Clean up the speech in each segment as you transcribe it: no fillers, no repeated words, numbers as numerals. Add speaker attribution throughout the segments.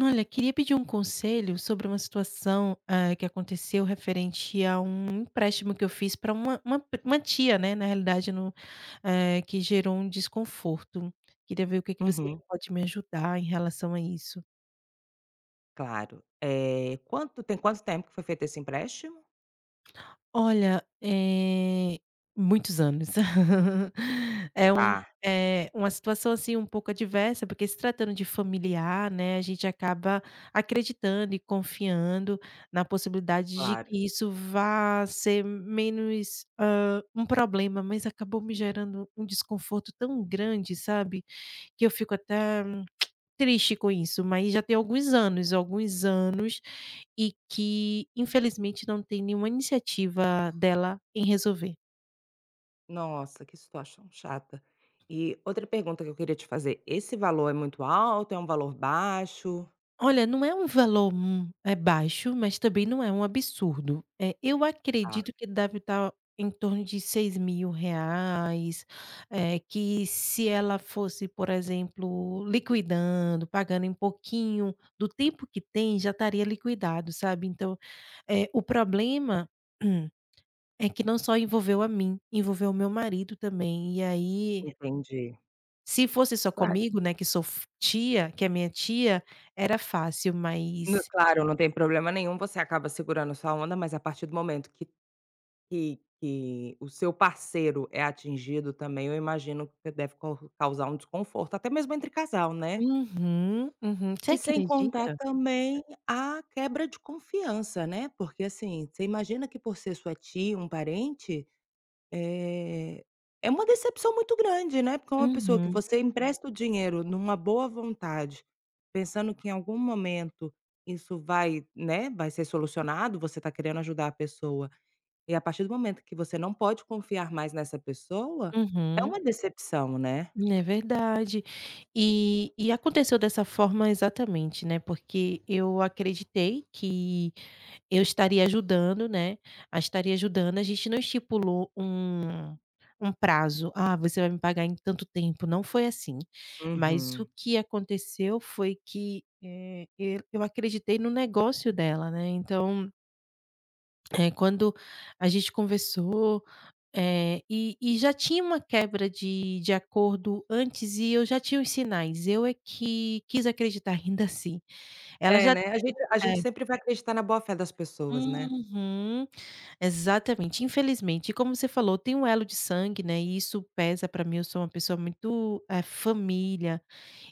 Speaker 1: Olha, queria pedir um conselho sobre uma situação, que aconteceu referente a um empréstimo que eu fiz para uma tia, né? Na realidade, no, eh, que gerou um desconforto. Queria ver o que que você
Speaker 2: Uhum,
Speaker 1: pode me ajudar em relação a isso.
Speaker 2: claro. Quanto tempo que foi feito esse empréstimo?
Speaker 1: Olha, muitos anos. É um
Speaker 2: Tá,
Speaker 1: É uma situação, assim, um pouco adversa, porque se tratando de familiar, né, a gente acaba acreditando e confiando na possibilidade de
Speaker 2: claro.
Speaker 1: que isso vá ser menos, um problema, mas acabou me gerando um desconforto tão grande, sabe, que eu fico até triste com isso, mas já tem alguns anos, e que infelizmente não tem nenhuma iniciativa dela em resolver.
Speaker 2: Nossa, que situação chata. E outra pergunta que eu queria te fazer, esse valor é muito alto, é um valor baixo?
Speaker 1: Olha, não é um valor, é baixo, mas também não é um absurdo. Eu
Speaker 2: Tá,
Speaker 1: acredito que deve estar em torno de seis R$6.000, que se ela fosse, por exemplo, liquidando, pagando em pouquinho do tempo que tem, já estaria liquidado, sabe. O problema é que não só envolveu a mim, envolveu o meu marido também. E aí,
Speaker 2: entendi.
Speaker 1: se fosse só
Speaker 2: Claro,
Speaker 1: comigo, né, que sou f tia, que é minha tia, era fácil, mas
Speaker 2: Claro, não tem problema nenhum, você acaba segurando sua onda, mas a partir do momento que o seu parceiro é atingido também, eu imagino que deve causar um desconforto, até mesmo entre casal, né?
Speaker 1: uhum, uhum. Você
Speaker 2: E sem contar
Speaker 1: acredita?
Speaker 2: também a quebra de confiança, né, porque, assim, você imagina que por ser sua tia, um parente, eh, é uma decepção muito grande, né, porque é uma pessoa que
Speaker 1: Uhum,
Speaker 2: você empresta o dinheiro numa boa vontade, pensando que em algum momento isso vai, né, vai ser solucionado, você está querendo ajudar a pessoa, e a partir do momento que você não pode confiar mais nessa pessoa, é
Speaker 1: uhum.
Speaker 2: uma decepção, né.
Speaker 1: É verdade. E aconteceu dessa forma exatamente, né, porque eu acreditei que eu estaria ajudando, né, a estaria ajudando, a gente não estipulou um prazo: "Ah, você vai me pagar em tanto tempo", não foi assim. Mas o
Speaker 2: Uhum.
Speaker 1: que aconteceu foi que, eu acreditei no negócio dela, né, então, quando a gente conversou já tinha uma quebra de acordo antes e eu já tinha os sinais, eu é que quis acreditar ainda assim. Ela
Speaker 2: É,
Speaker 1: já
Speaker 2: né, a gente a
Speaker 1: é.
Speaker 2: gente sempre vai acreditar na boa fé das pessoas, né.
Speaker 1: Uhum. Exatamente. Infelizmente, e como você falou, tem um elo de sangue, né, e isso pesa pra mim, eu sou uma pessoa muito, família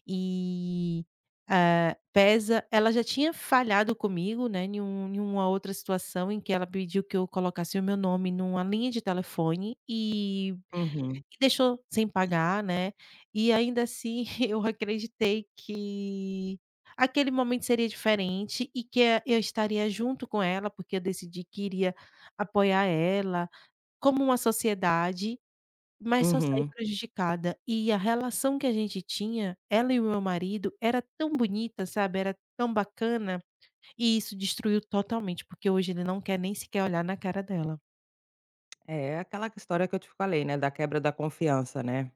Speaker 1: e, pesa. Ela já tinha falhado comigo, né, em uma outra situação em que ela pediu que eu colocasse o meu nome numa linha de telefone e
Speaker 2: Uhum,
Speaker 1: E deixou sem pagar, né, e ainda assim eu acreditei que aquele momento seria diferente e que a eu estaria junto com ela, porque eu decidi que iria apoiar ela, como uma sociedade, mas só saí
Speaker 2: uhum.
Speaker 1: prejudicada. E a relação que a gente tinha, ela e o meu marido, era tão bonita, sabe, era tão bacana, e isso destruiu totalmente, porque hoje ele não quer nem sequer olhar na cara dela.
Speaker 2: É aquela história que eu te falei, né, da quebra da confiança, né.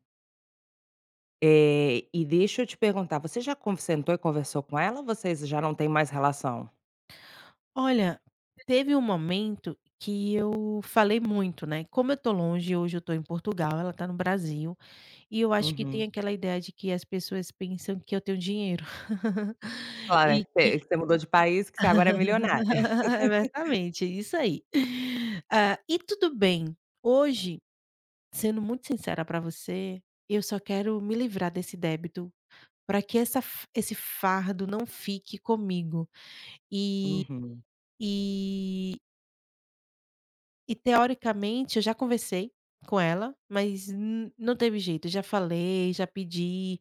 Speaker 2: E deixa eu te perguntar, você já con sentou e conversou com ela ou vocês já não têm mais relação?
Speaker 1: Olha, teve um momento que eu falei muito, né, como eu tô longe, hoje eu tô em Portugal, ela tá no Brasil, e eu acho que tem
Speaker 2: Uhum.
Speaker 1: aquela ideia de que as pessoas pensam que eu tenho dinheiro.
Speaker 2: Claro, é
Speaker 1: E
Speaker 2: que você
Speaker 1: que
Speaker 2: que você mudou de país, que você agora é milionária.
Speaker 1: É exatamente, isso aí. Ah, e tudo bem, hoje, sendo muito sincera pra você, eu só quero me livrar desse débito, para que essa f esse fardo não fique comigo. E
Speaker 2: Uhum,
Speaker 1: e Teoricamente eu já conversei com ela, mas n não teve jeito, já falei, já pedi,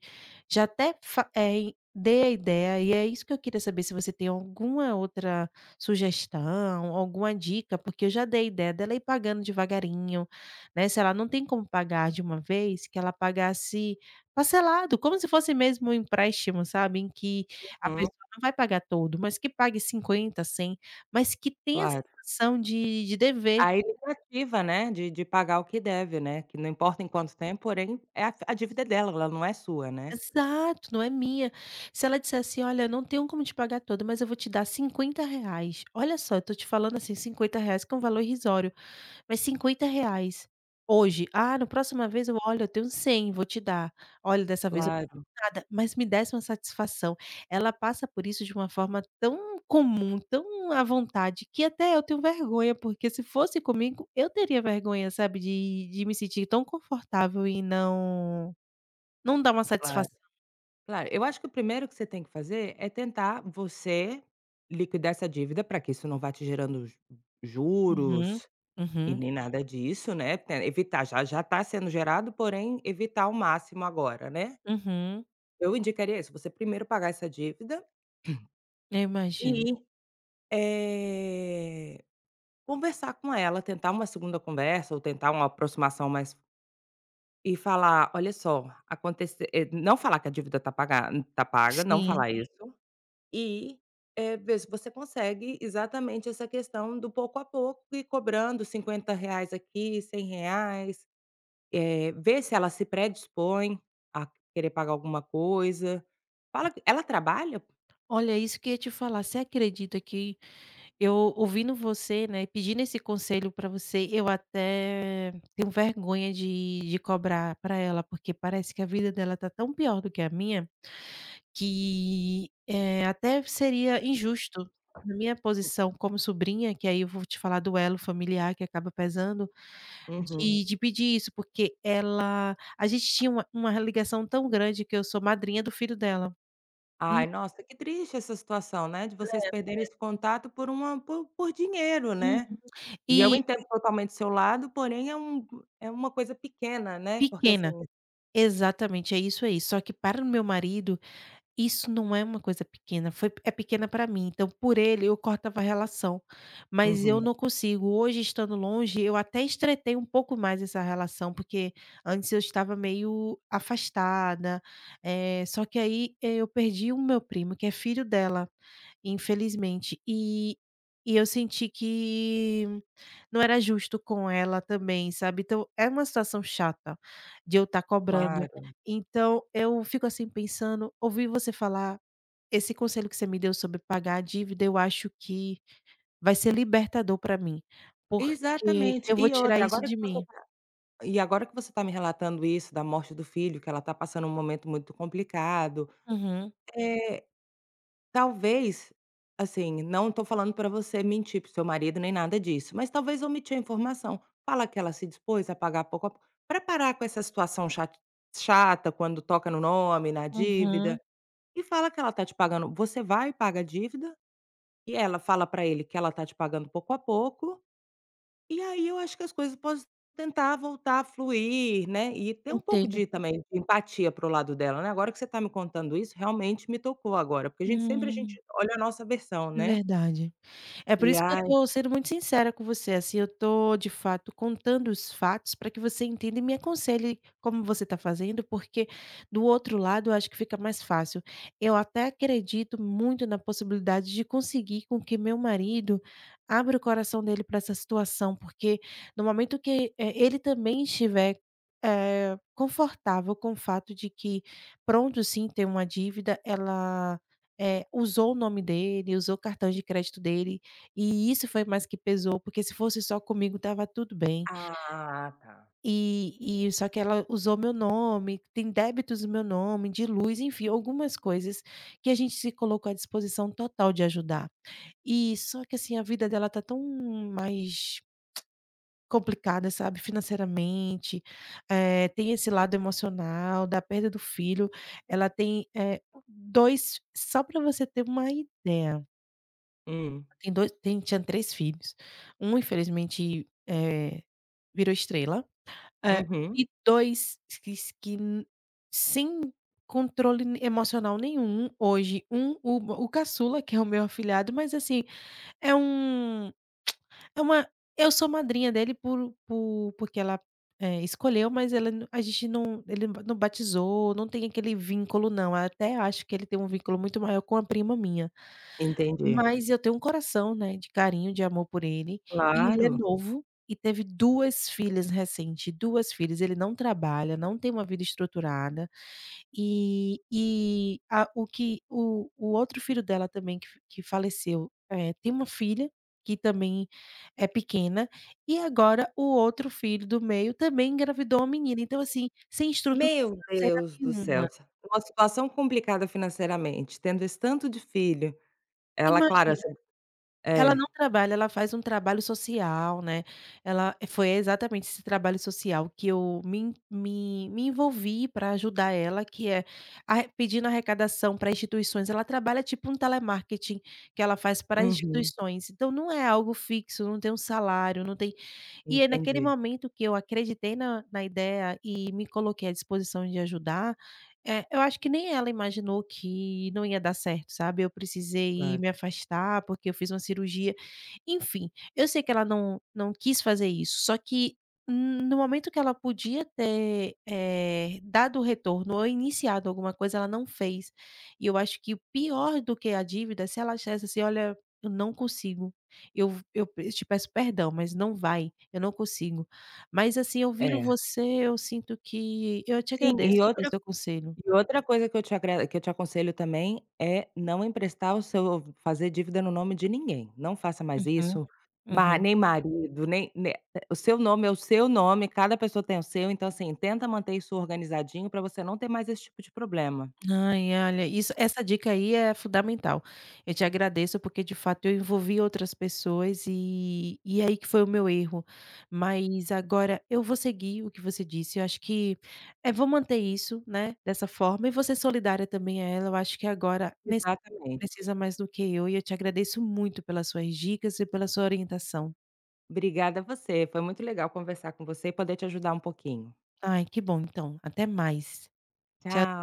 Speaker 1: já até fa eh, dei a ideia e é isso que eu queria saber se você tem alguma outra sugestão, alguma dica, porque eu já dei a ideia dela ir pagando devagarinho, né, se ela não tem como pagar de uma vez, que ela pagasse parcelado, como se fosse mesmo um empréstimo, sabe, em que a
Speaker 2: uhum,
Speaker 1: pessoa não vai pagar todo, mas que pague 50, 100, mas que tenha a
Speaker 2: claro.
Speaker 1: sensação de dever.
Speaker 2: A iniciativa, né, de pagar o que deve, né, que não importa em quanto tempo, porém, é a dívida é dela, ela não é sua, né.
Speaker 1: Exato, não é minha. Se ela dissesse assim: "Olha, não tenho como te pagar toda, mas eu vou te dar cinquenta reais". Olha só, eu tô te falando assim, cinquenta reais, que é um valor irrisório, mas cinquenta reais hoje. "Ah, na próxima vez eu olha, eu tenho cem, vou te dar. Olha, dessa vez eu
Speaker 2: Claro,
Speaker 1: nada", mas me desse uma satisfação. Ela passa por isso de uma forma tão comum, tão à vontade, que até eu tenho vergonha, porque se fosse comigo, eu teria vergonha, sabe, de me sentir tão confortável e não dar uma
Speaker 2: claro.
Speaker 1: satisfação.
Speaker 2: Claro, eu acho que o primeiro que você tem que fazer é tentar você liquidar essa dívida para que isso não vá te gerando ju
Speaker 1: Uhum,
Speaker 2: juros e
Speaker 1: uhum,
Speaker 2: nem nada disso, né, te evitar, já está sendo gerado, porém, evitar ao máximo agora, né.
Speaker 1: uhum.
Speaker 2: Eu indicaria isso, você primeiro pagar essa dívida
Speaker 1: Eu imagino.
Speaker 2: e, eh conversar com ela, tentar uma segunda conversa ou tentar uma aproximação mais e falar: "Olha só, acontecer, não falar que a dívida tá paga, tá paga, não
Speaker 1: Sim.
Speaker 2: falar isso e, ver se você consegue exatamente essa questão do pouco a pouco e cobrando R$50 aqui, R$100, ver se ela se predispõe a querer pagar alguma coisa. Fala que ela trabalha?
Speaker 1: Olha, isso que eu ia te falar, você acredita que eu ouvindo você, né, pedindo esse conselho para você, eu até tenho vergonha de cobrar para ela, porque parece que a vida dela tá tão pior do que a minha, que, é até seria injusto, na minha posição como sobrinha, que aí eu vou te falar do elo familiar que acaba pesando,
Speaker 2: Uhum.
Speaker 1: de pedir isso, porque ela a gente tinha uma ligação tão grande que eu sou madrinha do filho dela. Hum,
Speaker 2: Ai, nossa, que triste essa situação, né, de vocês perderem esse contato por uma por dinheiro,
Speaker 1: uhum.
Speaker 2: né. E eu
Speaker 1: E
Speaker 2: entendo totalmente o seu lado, porém é é uma coisa pequena, né, porque assim...
Speaker 1: Pequena. Exatamente, é isso aí. Só que para o meu marido, isso não é uma coisa pequena, foi é pequena para mim, então por ele eu cortava a relação, mas eu
Speaker 2: Uhum,
Speaker 1: não consigo. Hoje estando longe, eu até estreitei um pouco mais essa relação, porque antes eu estava meio afastada, eh, só que aí, eh, eu perdi o meu primo, que é filho dela. Infelizmente. Eu senti que não era justo com ela também, sabe. Então é uma situação chata de eu estar cobrando.
Speaker 2: claro.
Speaker 1: Então eu fico, assim, pensando, ouvi você falar, esse conselho que você me deu sobre pagar a dívida, eu acho que vai ser libertador para mim, porque
Speaker 2: Exatamente.
Speaker 1: eu vou
Speaker 2: E
Speaker 1: tirar
Speaker 2: outra,
Speaker 1: isso
Speaker 2: agora que
Speaker 1: de
Speaker 2: você
Speaker 1: mim.
Speaker 2: tá e agora que você está me relatando isso da morte do filho, que ela está passando um momento muito complicado,
Speaker 1: Uhum,
Speaker 2: é talvez, assim, não estou falando para você mentir para o seu marido nem nada disso, mas talvez omitir a informação. Fala que ela se dispôs a pagar pouco a pouco para parar com essa situação chat chata quando toca no nome, na
Speaker 1: uhum.
Speaker 2: dívida. E fala que ela tá te pagando você vai, e paga a dívida, e ela fala pra ele que ela tá te pagando pouco a pouco, e aí eu acho que as coisas podem tentar voltar a fluir, né, e ter um pouco
Speaker 1: Entendo.
Speaker 2: de também de empatia pro lado dela, né. Agora que você tá me contando isso, realmente me tocou agora, porque a gente sempre a
Speaker 1: Hum,
Speaker 2: gente olha a nossa versão,
Speaker 1: é
Speaker 2: né.
Speaker 1: verdade. É por
Speaker 2: E
Speaker 1: isso que eu
Speaker 2: ai...
Speaker 1: tô sendo muito sincera com você, assim, eu tô de fato contando os fatos para que você entenda e me aconselhe como você tá fazendo, porque do outro lado eu acho que fica mais fácil. Eu até acredito muito na possibilidade de conseguir com que meu marido abra o coração dele para essa situação, porque no momento que, ele também estiver, confortável com o fato de que, pronto, sim, tem uma dívida, ela, usou o nome dele, usou o cartão de crédito dele e isso foi mais que pesou, porque se fosse só comigo estava tudo bem.
Speaker 2: Ah, tá.
Speaker 1: Só que ela usou meu nome, tem débitos no meu nome, de luz, enfim, algumas coisas que a gente se colocou à disposição total de ajudar. E só que, assim, a vida dela tá tão mais complicada, sabe, financeiramente, tem esse lado emocional da perda do filho, ela tem, 2, só para você ter uma ideia.
Speaker 2: Hum.
Speaker 1: Tem 2 tem Tinha 3 filhos. Um infelizmente, virou estrela, eh,
Speaker 2: Uhum.
Speaker 1: e 2 que n sem controle ne emocional nenhum hoje. O caçula, que é o meu afilhado, mas assim, é um é uma eu sou madrinha dele porque ela, escolheu, mas ela n a gente não ele não batizou, não tem aquele vínculo não. Até acho que ele tem um vínculo muito maior com a prima minha.
Speaker 2: Entendi.
Speaker 1: Mas eu tenho um coração, né, de carinho, de amor por ele, e ele é
Speaker 2: Claro.
Speaker 1: novo e teve 2 filhas recente, 2 filhas, ele não trabalha, não tem uma vida estruturada, e a o que o outro filho dela também que faleceu, tem uma filha que também é pequena, e agora o outro filho do meio também engravidou uma menina, então assim, sem estrutura
Speaker 2: Meu
Speaker 1: financeira
Speaker 2: Deus do céu.
Speaker 1: nenhuma.
Speaker 2: Uma situação complicada financeiramente, tendo esse tanto de filho, ela claro,
Speaker 1: Imagina.
Speaker 2: essa
Speaker 1: Ela
Speaker 2: é.
Speaker 1: não trabalha, ela faz um trabalho social, né, foi exatamente esse trabalho social que eu me en me me envolvi pra ajudar ela, que é arre pedindo arrecadação pra instituições, ela trabalha tipo um telemarketing que ela faz para
Speaker 2: Uhum,
Speaker 1: instituições, então não é algo fixo, não tem um salário, não tem. E aí naquele
Speaker 2: entendi,
Speaker 1: momento que eu acreditei na ideia e me coloquei à disposição de ajudar, é, eu acho que nem ela imaginou que não ia dar certo, sabe. Eu precisei
Speaker 2: claro.
Speaker 1: me afastar, porque eu fiz uma cirurgia. Enfim, eu sei que ela não quis fazer isso, só que no momento que ela podia ter, dado o retorno ou iniciado alguma coisa, ela não fez. E eu acho que o pior do que a dívida é se ela dissesse assim: "Olha, eu não consigo. Eu eu pe Te peço perdão, mas não vai, eu não consigo". Mas, assim, ouvindo
Speaker 2: É.
Speaker 1: você, eu sinto que eu te
Speaker 2: Sim,
Speaker 1: agradeço pelo seu conselho.
Speaker 2: e outra coisa que eu te aconselho também é não emprestar o seu fazer dívida no nome de ninguém, não faça mais
Speaker 1: Uhum,
Speaker 2: isso, ma
Speaker 1: uhum.
Speaker 2: nem marido, nem ne o seu nome é o seu nome, cada pessoa tem o seu, então assim, tenta manter isso organizadinho pra você não ter mais esse tipo de problema.
Speaker 1: Ai, olha, essa dica aí é fundamental. Eu te agradeço porque de fato eu envolvi outras pessoas aí que foi o meu erro. Mas agora eu vou seguir o que você disse, eu acho que, é, vou manter isso, né, dessa forma e vou ser solidária também a ela, eu acho que agora nesse
Speaker 2: Exatamente.
Speaker 1: precisa mais do que eu, e eu te agradeço muito pelas suas dicas e pela sua orientação.
Speaker 2: Obrigada a você, foi muito legal conversar com você e poder te ajudar um pouquinho.
Speaker 1: Ai, que bom então, até mais. Tchau.
Speaker 2: Tchau.